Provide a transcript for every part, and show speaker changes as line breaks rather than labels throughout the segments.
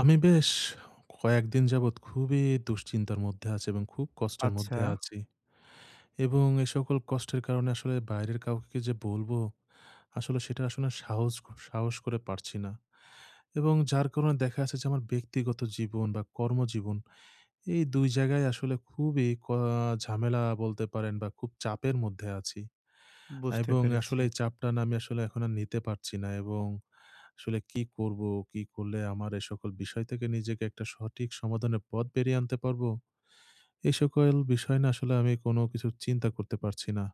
আমি বেশ কয়েকদিন যাবৎ খুবই দুশ্চিন্তার মধ্যে আছি এবং খুব কষ্টের
আচ্ছা,
মধ্যে আছি। এবং এ সকল কষ্টের কারণে আসলে বাইরের কাউকে কি যে বলবো, আসলে সেটা আসলে সাহস সাহস করে পারছি না। এবং যার কারণে দেখা যাচ্ছে যে আমার ব্যক্তিগত জীবন বা কর্মজীবন এই ২ জায়গায় আসলে খুবই ঝামেলা বলতে পারেন বা খুব চাপের মধ্যে আছি।
বুঝতে
এবং
পেরেছি।
আসলে এই চাপটা না আমি আসলে এখন আর নিতে পারছি না, এবং আসলে কি করব? কি করলে আমার এ সকল বিষয় থেকে নিজেকে একটা সঠিক সমাধানের পথ বেরিয়ে আনতে পারবো? এই সকল বিষয় না আসলে আমি কোনো কিছু চিন্তা করতে পারছি না।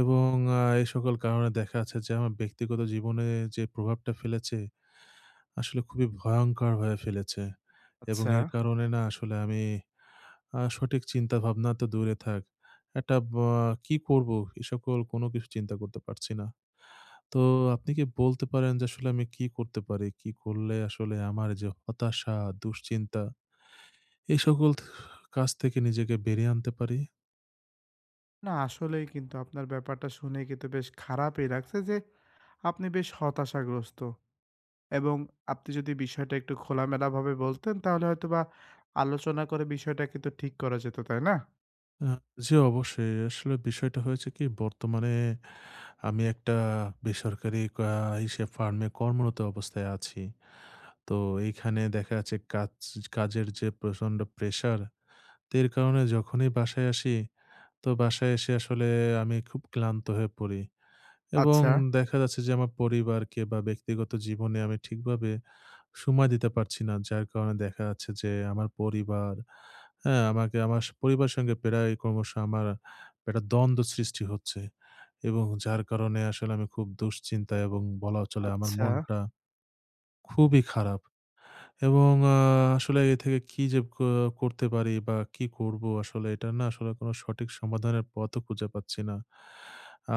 এবং এই সকল কারণে দেখা যাচ্ছে যে আমার ব্যক্তিগত জীবনে যে প্রভাবটা ফেলেছে, আসলে খুবই ভয়ংকর হয়ে ফেলেছে। এবং
আচ্ছা,
এর কারণে না আসলে আমি সঠিক চিন্তা ভাবনা তো দূরে থাক। একটা বা কি করব? এ সকল কোনো কিছু চিন্তা করতে পারছি না। তো আপনি কি বলতে পারেন যে আসলে আমি কি করতে পারি? কি করলে আসলে আমার যে হতাশা, দুশ্চিন্তা, এই সকল কাজ থেকে নিজেকে বেরিয়ে আনতে পারি?
না আসলেই কিন্তু আপনার ব্যাপারটা শুনে কিন্তু বেশ খারাপই লাগছে যে আপনি বেশ হতাশাগ্রস্ত এবং আপনি যদি বিষয়টা একটু খোলামেলাভাবে বলতেন তাহলে হয়তোবা আলোচনা করে বিষয়টা কিন্তু ঠিক করা যেত, তাই না?
আ জি, অবশ্যই। আসলে বিষয়টা হয়েছে কি, বর্তমানে আমি একটা বেসরকারি আ হিসেব ফার্মে কর্মরত অবস্থায় আছি। তো এইখানে দেখা যাচ্ছে কাজের যে প্রচন্ড প্রেশার, এর কারণে যখনই বাসায় আসি, তো বাসায় এসে আসলে আমি খুব ক্লান্ত হয়ে পড়ি। এবং
আচ্ছা,
দেখা যাচ্ছে যে আমার পরিবারকে বা ব্যক্তিগত জীবনে আমি ঠিকভাবে সময় দিতে পারছি না। যার কারণে দেখা যাচ্ছে যে আমার পরিবার, হ্যাঁ? আমাকে আমার পরিবারের সঙ্গে প্রায় ক্রমশ আমার একটা দ্বন্দ্ব সৃষ্টি হচ্ছে, এবং যার কারণে আসলে আমি খুব দুশ্চিন্তা, এবং বলা চলে আমার
আচ্ছা,
মনটা খুবই খারাপ। এবং আসলে এ থেকে কি যে করতে পারি বা কি করব, আসলে এটা না আসলে কোন সঠিক সমাধানের পথও খুঁজে পাচ্ছি না।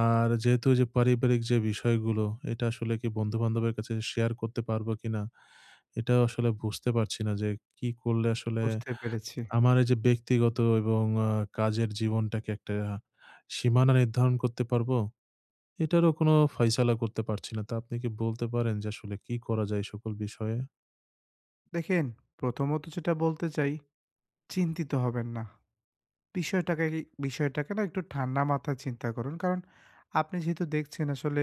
আর যেহেতু যে পারিবারিক যে বিষয়গুলো, এটা আসলে কি বন্ধু-বান্ধবের কাছে শেয়ার করতে পারবো কিনা এটাও আসলে বুঝতে পারছি না যে কি করলে আসলে
বুঝতে পেরেছি।
আমার এই যে ব্যক্তিগত এবং আ কাজের জীবনটাকে একটা সীমানা নির্ধারণ করতে পারবো, এটারও কোনো ফায়সালা করতে পারছি না। তো আপনি কি বলতে পারেন যে আসলে কি করা যায় এই সকল বিষয়ে?
দেখেন, প্রথমত যেটা বলতে চাই চিন্তিত হবেন না। বিষয়টাকে কি বিষয়টাকে না একটু ঠান্ডা মাথায় চিন্তা করুন। কারণ আপনি যেহেতু দেখছেন আসলে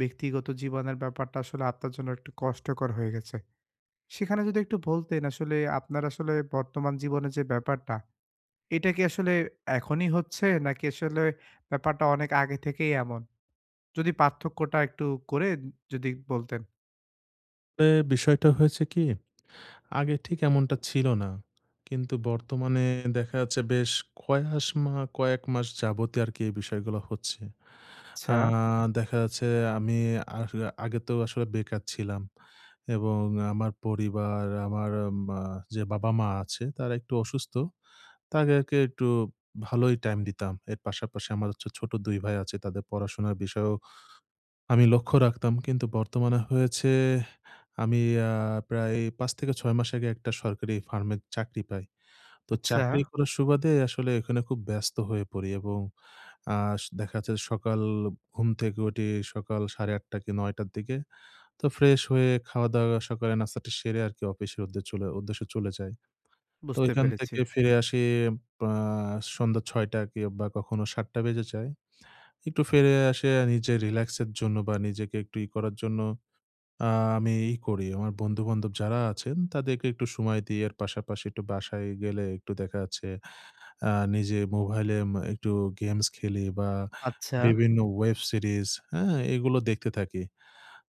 ব্যক্তিগত জীবনের ব্যাপারটা আসলে আপনার জন্য একটু কষ্টকর হয়ে গেছে। সেখানে যদি একটু বলতেন আসলে আপনার আসলে বর্তমান জীবনের যে ব্যাপারটা, এটা কি আসলে এখনই হচ্ছে নাকি আসলে ব্যাপারটা অনেক আগে থেকেই এমন? যদি পার্থক্যটা একটু করে যদি বলতেন।
এ বিষয়টা হয়েছে কি, আগে ঠিক এমনটা ছিল না। কিন্তু বর্তমানে দেখা যাচ্ছে বেশ কয়াস মা কয়েক মাস যাবতই আরকি এই বিষয়গুলো হচ্ছে।
আচ্ছা,
আ দেখা যাচ্ছে আমি আস আগে তো আসলে বেকার ছিলাম, এবং আমার পরিবার, আমার মা যে বাবা-মা আছে তারা একটু অসুস্থ। তাদেরকে একটু ভালোই টাইম দিতাম। এর পাশাপাশি আমার হচ্ছে ছোট ২ ভাই আছে, তাদের পড়াশোনার বিষয়েও আমি লক্ষ্য রাখতাম। কিন্তু বর্তমানে হয়েছে আমি আ প্রায় ৫ থেকে ৬ মাস আগে একটা সরকারি ফার্মে চাকরি পাই। তো
আচ্ছা,
চাকরি করার সুবাদে আসলে এখানে খুব ব্যস্ত হয়ে পড়ি, এবং আ স দেখা যাচ্ছে সকাল ঘুম থেকে উঠি সকাল ৮:৩০ কি ৯:০০ র দিকে। তো ফ্রেশ হয়ে খাওয়া-দাওয়া, সকালে নাস্তাটা সেরে আরকি অফিসের উদ্দেশ্যে চলে যাই। তো
বুঝতে
এখান
পেরেছি।
থেকে ফিরে আসি পা সন্ধ্যা ৬:০০ কি, বা কখনো ৭:০০ বেজে যায়। একটু ফিরে এসে নিজের রিল্যাক্স এর জন্য বা নিজেকে একটু ই করার জন্য আ আমি ই করি, আমার বন্ধু-বান্ধব যারা আছেন তাদেরকে একটু সময় দিই। এর পাশাপাশি একটু বাসায় গেলে একটু দেখা যাচ্ছে নিজে মোবাইলে একটু গেমস খেলি, বা
আচ্ছা,
বিভিন্ন ওয়েব সিরিজ, হ্যাঁ? এগুলো দেখতে থাকি।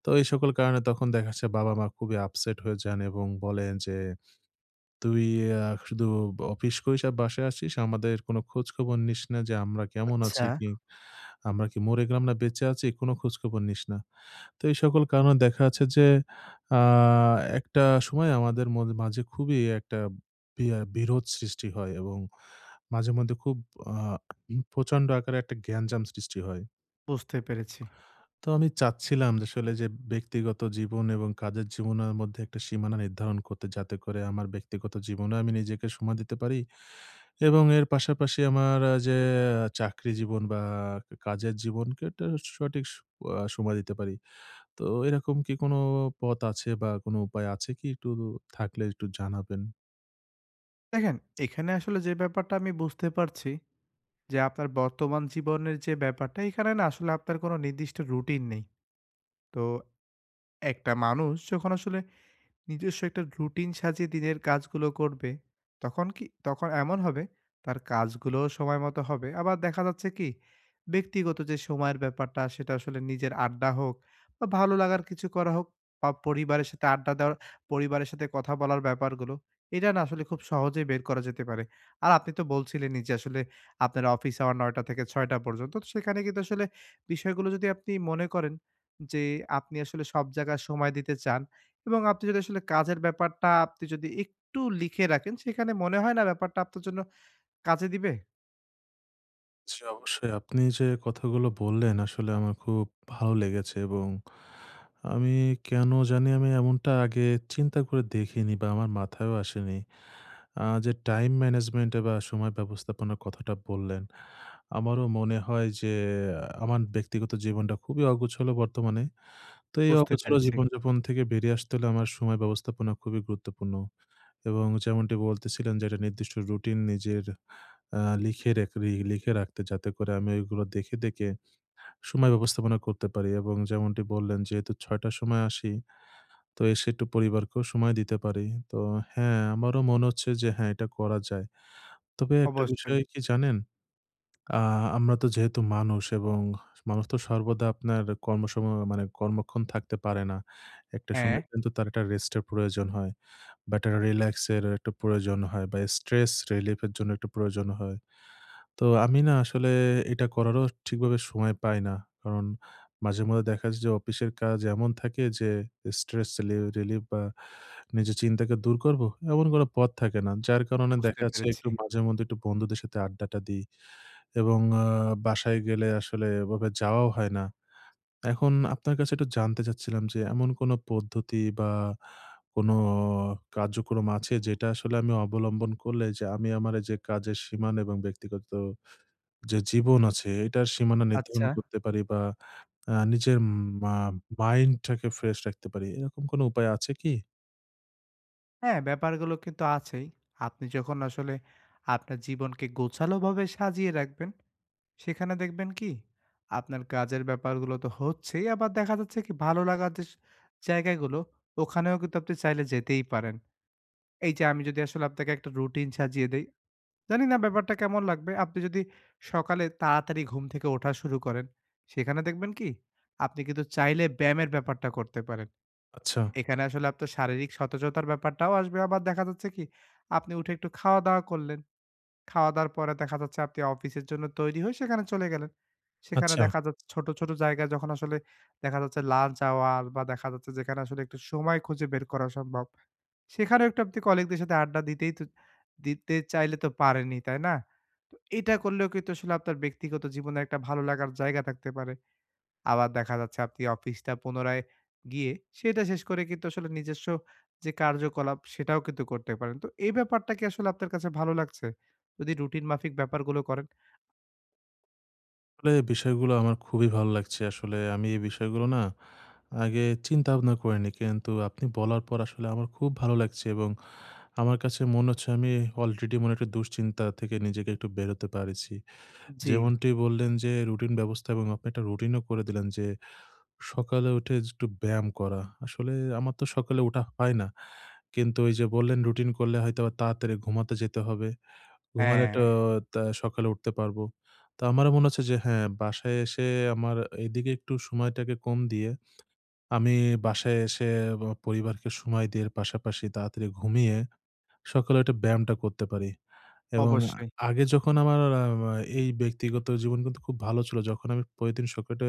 তো এই সকল কারণে তখন দেখা যাচ্ছে বাবা-মা খুবই আপসেট হয়ে যান, এবং বলেন যে, "তুই শুধু অফিস করিস আর বাসায় আসিস। আমাদের কোনো খোঁজখবর নিস না যে আমরা কেমন
আচ্ছা,
আছি কি? আমরা কি মরে গেলাম না বেঁচে আছি? কোনো খোঁজখবর নিস না।" তো এই সকল কারণে দেখা যাচ্ছে যে আ একটা সময় আমাদের মাঝে খুবই একটা বিরোধ সৃষ্টি হয়, এবং মাঝেমধ্যে খুব আ প্রচণ্ড আকারে একটা গ্যাঞ্জাম সৃষ্টি হয়।
বুঝতে পেরেছি।
তো আমি চাচ্ছিলাম যে আসলে যে ব্যক্তিগত জীবন এবং কাজের জীবনের মধ্যে একটা সীমানা নির্ধারণ করতে, যাতে করে আমার ব্যক্তিগত জীবনে আমি নিজেকে সময় দিতে পারি, এবং এর পাশাপাশি আমার যে চাকরি জীবন বা কাজের জীবনকে একটা সঠিক স আ সময় দিতে পারি। তো এরকম কি কোনো পথ আছে বা কোনো উপায় আছে কি? একটু থাকলে একটু জানাবেন।
দেখেন, এখানে আসলে যে ব্যাপারটা আমি বুঝতে পারছি যে আপনার বর্তমান জীবনের যে ব্যাপারটা, এখানে না আসলে আপনার কোনো নির্দিষ্ট রুটিন নেই। তো একটা মানুষ যখন আসলে নিজস্ব একটা রুটিন সাজিয়ে দিনের কাজগুলো করবে, তখন এমন হবে তার কাজগুলোও সময় মতো হবে। আবার দেখা যাচ্ছে কি ব্যক্তিগত যে সময়ের ব্যাপারটা সেটা আসলে নিজের আড্ডা হোক বা ভালো লাগার কিছু করা হোক বা পরিবারের সাথে আড্ডা দেওয়ার, পরিবারের সাথে কথা বলার ব্যাপারগুলো, এটা না আসলে খুব সহজেই বের করা যেতে পারে। আর আপনি তো বলছিলেনই যে আসলে আপনার অফিস আওয়ার ৯ টা থেকে ৬ টা পর্যন্ত। তো সেখানে কিন্তু আসলে বিষয়গুলো যদি আপনি মনে করেন যে আপনি আসলে সব জায়গায় সময় দিতে চান এবং আপনি যদি আসলে কাজের ব্যাপারটা আপনি যদি একটু লিখে রাখেন, সেখানে মনে হয় না ব্যাপারটা আপনার জন্য কাজে দিবে?
জি, অবশ্যই। আপনি যে কথাগুলো বললেন আসলে আমার খুব ভালো লেগেছে, এবং আমি কেন জানি আমি এমনটা আগে চিন্তা করে দেখিনি বা আমার মাথায়ও আসেনি। যে টাইম ম্যানেজমেন্ট বা সময় ব্যবস্থাপনার কথাটা বললেন, আমারও মনে হয় যে আমার ব্যক্তিগত জীবনটা খুবই অগোছালো বর্তমানে। তো এই
বুঝতে
অগোছালো
পেরেছি।
জীবনযাপন থেকে বেরিয়ে আসতে হলে আমার সময় ব্যবস্থাপনা খুবই গুরুত্বপূর্ণ। এবং যেমনটি বলতেছিলেন যে, একটা নির্দিষ্ট রুটিন নিজের লিখে রেখ রি লিখে রাখতে, যাতে করে আমি ওইগুলো দেখে, দেখে সময় ব্যবস্থাপনা করতে পারি, এবং যেমনটি বললেন যেহেতু ৬:০০ র সময় আসি, তো এসে একটু পরিবারকেও সময় দিতে পারি। তো হ্যাঁ, আমারও মনে হচ্ছে যে হ্যাঁ, এটা করা যায়। তবে একটা
অবশ্যই।
বিষয় কি জানেন? আ আমরা তো যেহেতু মানুষ, এবং মানুষ তো সর্বদা আপনার মানে কর্মক্ষণ থাকতে পারে না। একটা
হ্যাঁ,
সময় কিন্তু তার একটা রেস্টের প্রয়োজন হয়। বা একটা রিল্যাক্স এর একটা প্রয়োজন হয়, বা স্ট্রেস রিলিফ এর জন্য একটা প্রয়োজন হয়। তো আমি না আসলে এটা করারও ঠিকভাবে সময় পাই না। কারণ মাঝে-মধ্যে দেখা যায় যে অফিসের কাজ এমন থাকে যে স্ট্রেস রিলিফ বা নিজের চিন্তাকে দূর করব, এমন কোনো পথ থাকে না। যার কারণে
বুঝতে
দেখা যাচ্ছে
পেরেছি।
একটু মাঝে-মধ্যে একটু বন্ধুদের সাথে আড্ডাটা দিই, এবং বাসায় গেলে আসলে এভাবে যাওয়াও হয় না। এখন আপনার কাছে একটু জানতে চাচ্ছিলাম যে এমন কোনো পদ্ধতি বা কোনো কার্যক্রম আছে, যেটা আসলে আমি অবলম্বন করলে যে আমি আমার এই যে কাজের সীমানা এবং ব্যক্তিগত যে জীবন আছে এটার সীমানা নির্ধারণ
আচ্ছা।
করতে পারি, বা নিজের মা মাইন্ডটাকে ফ্রেশ রাখতে পারি। এরকম কোনো উপায় আছে কি?
হ্যাঁ, ব্যাপারগুলো কিন্তু আছেই। আপনি যখন আসলে আপনার জীবনকে গোছালোভাবে সাজিয়ে রাখবেন, সেখানে দেখবেন কি আপনার কাজের ব্যাপারগুলো তো হচ্ছেই, আবার দেখা যাচ্ছে কি ভালো লাগার যে জায়গাগুলো, ওখানেও কিন্তু আপনি চাইলে যেতেই পারেন। এই যে আমি যদি আসলে আপনাকে একটা রুটিন সাজিয়ে দেই জানি না ব্যাপারটা কেমন লাগবে। আপনি যদি সকালে তাড়াতাড়ি ঘুম থেকে ওঠা শুরু করেন, সেখানে দেখবেন কি? আপনি কিন্তু চাইলে ব্যায়ামের ব্যাপারটা করতে পারেন।
আচ্ছা,
এখানে আসলে আপনার শারীরিক সতেজতার ব্যাপারটাও আসবে। আবার দেখা যাচ্ছে কি? আপনি উঠে একটু খাওয়া-দাওয়া করলেন। খাওয়া-দাওয়ার পরে দেখা যাচ্ছে আপনি অফিসের জন্য তৈরি হয়ে সেখানে চলে গেলেন। সেখানে
আচ্ছা।
দেখা যাচ্ছে ছোট, ছোট জায়গায় যখন আসলে দেখা যাচ্ছে লাঞ্চ আওয়ার বা দেখা যাচ্ছে যেখানে আসলে একটু সময় খুঁজে বের করা সম্ভব। সেখানেও একটু আপনি কলিগদের সাথে আড্ডা দিতেই তো দিতে চাইলে তো পারেনই, তাই না? তো এটা করলেও কিন্তু আসলে আপনার ব্যক্তিগত জীবনে একটা ভালো লাগার জায়গা থাকতে পারে। আবার দেখা যাচ্ছে আপনি অফিসটা পুনরায় গিয়ে সেটা শেষ করে কিন্তু আসলে নিজস্ব যে কার্যকলাপ সেটাও কিন্তু করতে পারেন। তো এই ব্যাপারটা কি আসলে আপনার কাছে ভালো লাগছে? যদি রুটিন মাফিক ব্যাপারগুলো করেন?
আসলে বিষয়গুলো আমার খুবই ভালো লাগছে। আসলে আমি এই বিষয়গুলো না আগে চিন্তা ভাবনা করিনি। কিন্তু আপনি বলার পর আসলে আমার খুব ভালো লাগছে, এবং আমার কাছে মনে হচ্ছে আমি অলরেডি মনে একটা দুশ্চিন্তা থেকে নিজেকে একটু বেরোতে পারেছি।
জি।
যেমনটি বললেন যে রুটিন ব্যবস্থা, এবং আপনি একটা রুটিনও করে দিলেন যে সকালে উঠে একটু ব্যায়াম করা। আসলে আমার তো সকালে ওঠা হয় না। কিন্তু ওই যে বললেন রুটিন করলে হয়তোবা তাড়াতাড়ি ঘুমাতে যেতে হবে। ঘুমালে
হ্যাঁ,
তো তা সকালে উঠতে পারবো। তো আমারও মনে হচ্ছে যে হ্যাঁ, বাসায় এসে আমার এদিকে একটু সময়টাকে কম দিয়ে আমি বাসায় এসে পরিবারকে সময় দিয়ে এর পাশাপাশি তাড়াতাড়ি ঘুমিয়ে সকালে একটা ব্যায়ামটা করতে পারি। এবং
অবশ্যই।
আগে যখন আমার আ মা এই ব্যক্তিগত জীবন কিন্তু খুব ভালো ছিল। যখন আমি প্রতিদিন সকালে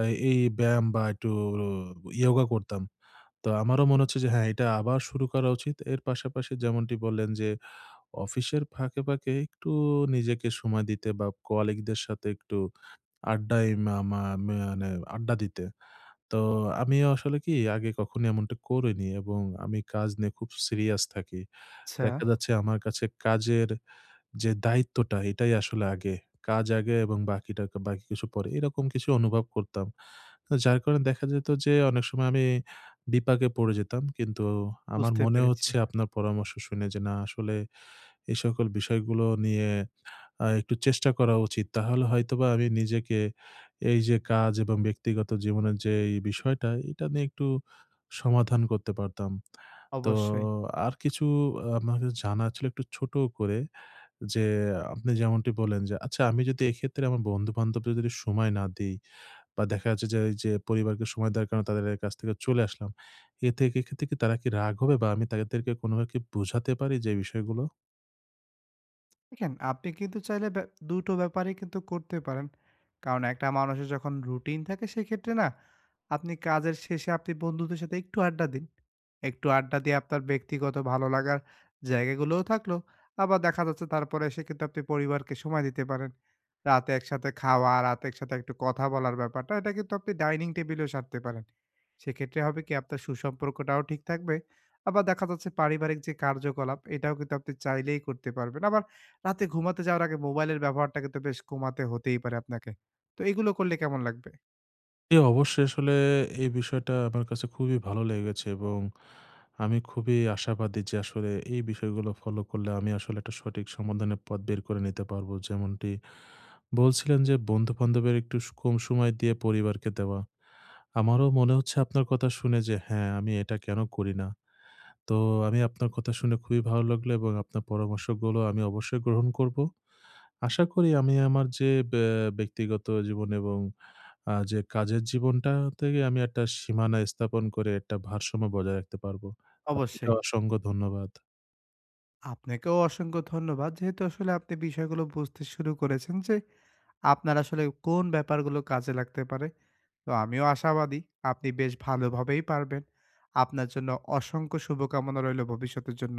আ এই ব্যায়াম বা একটু ইয়োগা করতাম। তো আমারও মনে হচ্ছে যে হ্যাঁ, এটা আবার শুরু করা উচিত। এর পাশাপাশি যেমনটি বললেন যে অফিসের ফাঁকে, ফাঁকে একটু নিজেকে সময় দিতে বা কলিগদের সাথে একটু আড্ডায় মা মা মানে আড্ডা দিতে। তো আমি আসলে কি আগে কখনো এমনটা করিনি, এবং আমি কাজ নিয়ে খুব সিরিয়াস থাকি।
আচ্ছা,
দেখা যাচ্ছে আমার কাছে কাজের যে দায়িত্বটা, এটাই আসলে আগে। কাজ আগে এবং বাকি কিছু পরে। এরকম কিছু অনুভব করতাম। তো যার কারণে দেখা যেত যে অনেক সময় আমি বিপাকে পড়ে যেতাম। কিন্তু আমার
বুঝতে
মনে
পেরেছি।
হচ্ছে আপনার পরামর্শ শুনে যে না, আসলে এই সকল বিষয়গুলো নিয়ে একটু চেষ্টা করা উচিত। তাহলে হয়তোবা আমি নিজেকে এই যে কাজ এবং ব্যক্তিগত জীবনের যে এই বিষয়টা, এটা নিয়ে একটু সমাধান করতে পারতাম। তো
অবশ্যই।
আর কিছু আমাকে জানার ছিল একটু ছোট করে, যে আপনি যেমনটি বললেন যে আচ্ছা, আমি যদি এক্ষেত্রে আমার বন্ধু-বান্ধবদের যদি সময় না দেই, বা দেখা যাচ্ছে যে এই যে পরিবারকে সময় দেওয়ার কারণে তাদের কাছ থেকে চলে আসলাম। এ থেকে এক্ষেত্রে কি তারা কি রাগ হবে, বা আমি তাদেরকে কোনোভাবে কি বোঝাতে পারি যে বিষয়গুলো?
দেখেন আপনি কিন্তু চাইলে দুটো ব্যাপারই কিন্তু করতে পারেন। কারণ একটা মানুষের যখন রুটিন থাকে সেক্ষেত্রে না আপনি কাজের শেষে আপনি বন্ধুদের সাথে একটু আড্ডা দিন। একটু আড্ডা দিয়ে আপনার ব্যক্তিগত ভালো লাগার জায়গাগুলোও থাকলো। আবার দেখা যাচ্ছে তারপরে এসে কিন্তু আপনি পরিবারকে সময় দিতে পারেন। রাতে একসাথে খাওয়া, রাতে একসাথে একটু কথা বলার ব্যাপারটা এটা কিন্তু আপনি ডাইনিং টেবিলেও সারতে পারেন। সেক্ষেত্রে হবে কি আপনার সুসম্পর্কটাও ঠিক থাকবে। আবার দেখা যাচ্ছে পারিবারিক যে কার্যকলাপ এটাও কিন্তু আপনি চাইলেই করতে পারবেন। আবার রাতে ঘুমাতে যাওয়ার আগে মোবাইলের ব্যবহারটাকে তো বেশ কমাতে হতেই পারে আপনাকে। তো এগুলো করলে কেমন লাগবে?
জি, অবশ্যই। আসলে এই বিষয়টা আমার কাছে খুবই ভালো লেগেছে, এবং আমি খুবই আশাবাদী যে আসলে এই বিষয়গুলো ফলো করলে আমি আসলে একটা সঠিক সমাধানের পথ বের করে নিতে পারবো। যেমনটি বলছিলেন যে বন্ধু-বান্ধবের একটু কম সময় দিয়ে পরিবারকে দেওয়া। আমারও মনে হচ্ছে আপনার কথা শুনে যে হ্যাঁ, আমি এটা কেন করি না? তো আমি আপনার কথা শুনে খুবই ভালো লাগলো, এবং আপনার পরামর্শগুলো আমি অবশ্যই গ্রহণ করব। আশা করি আমি আমার যে ব্যক্তিগত জীবন এবং যে কাজের জীবনটা থেকে আমি একটা সীমানা স্থাপন করে একটা ভারসাম্য বজায় রাখতে পারবো। আপনাকে
অবশ্যই।
অসংখ্য ধন্যবাদ।
আপনাকেও অসংখ্য ধন্যবাদ। যেহেতু আসলে আপনি বিষয়গুলো বুঝতে শুরু করেছেন যে আপনার আসলে কোন ব্যাপারগুলো কাজে লাগতে পারে। তো আমিও আশাবাদী আপনি বেশ ভালোভাবেই পারবেন। আপনার জন্য অসংখ্য শুভকামনা রইল ভবিষ্যতের জন্য।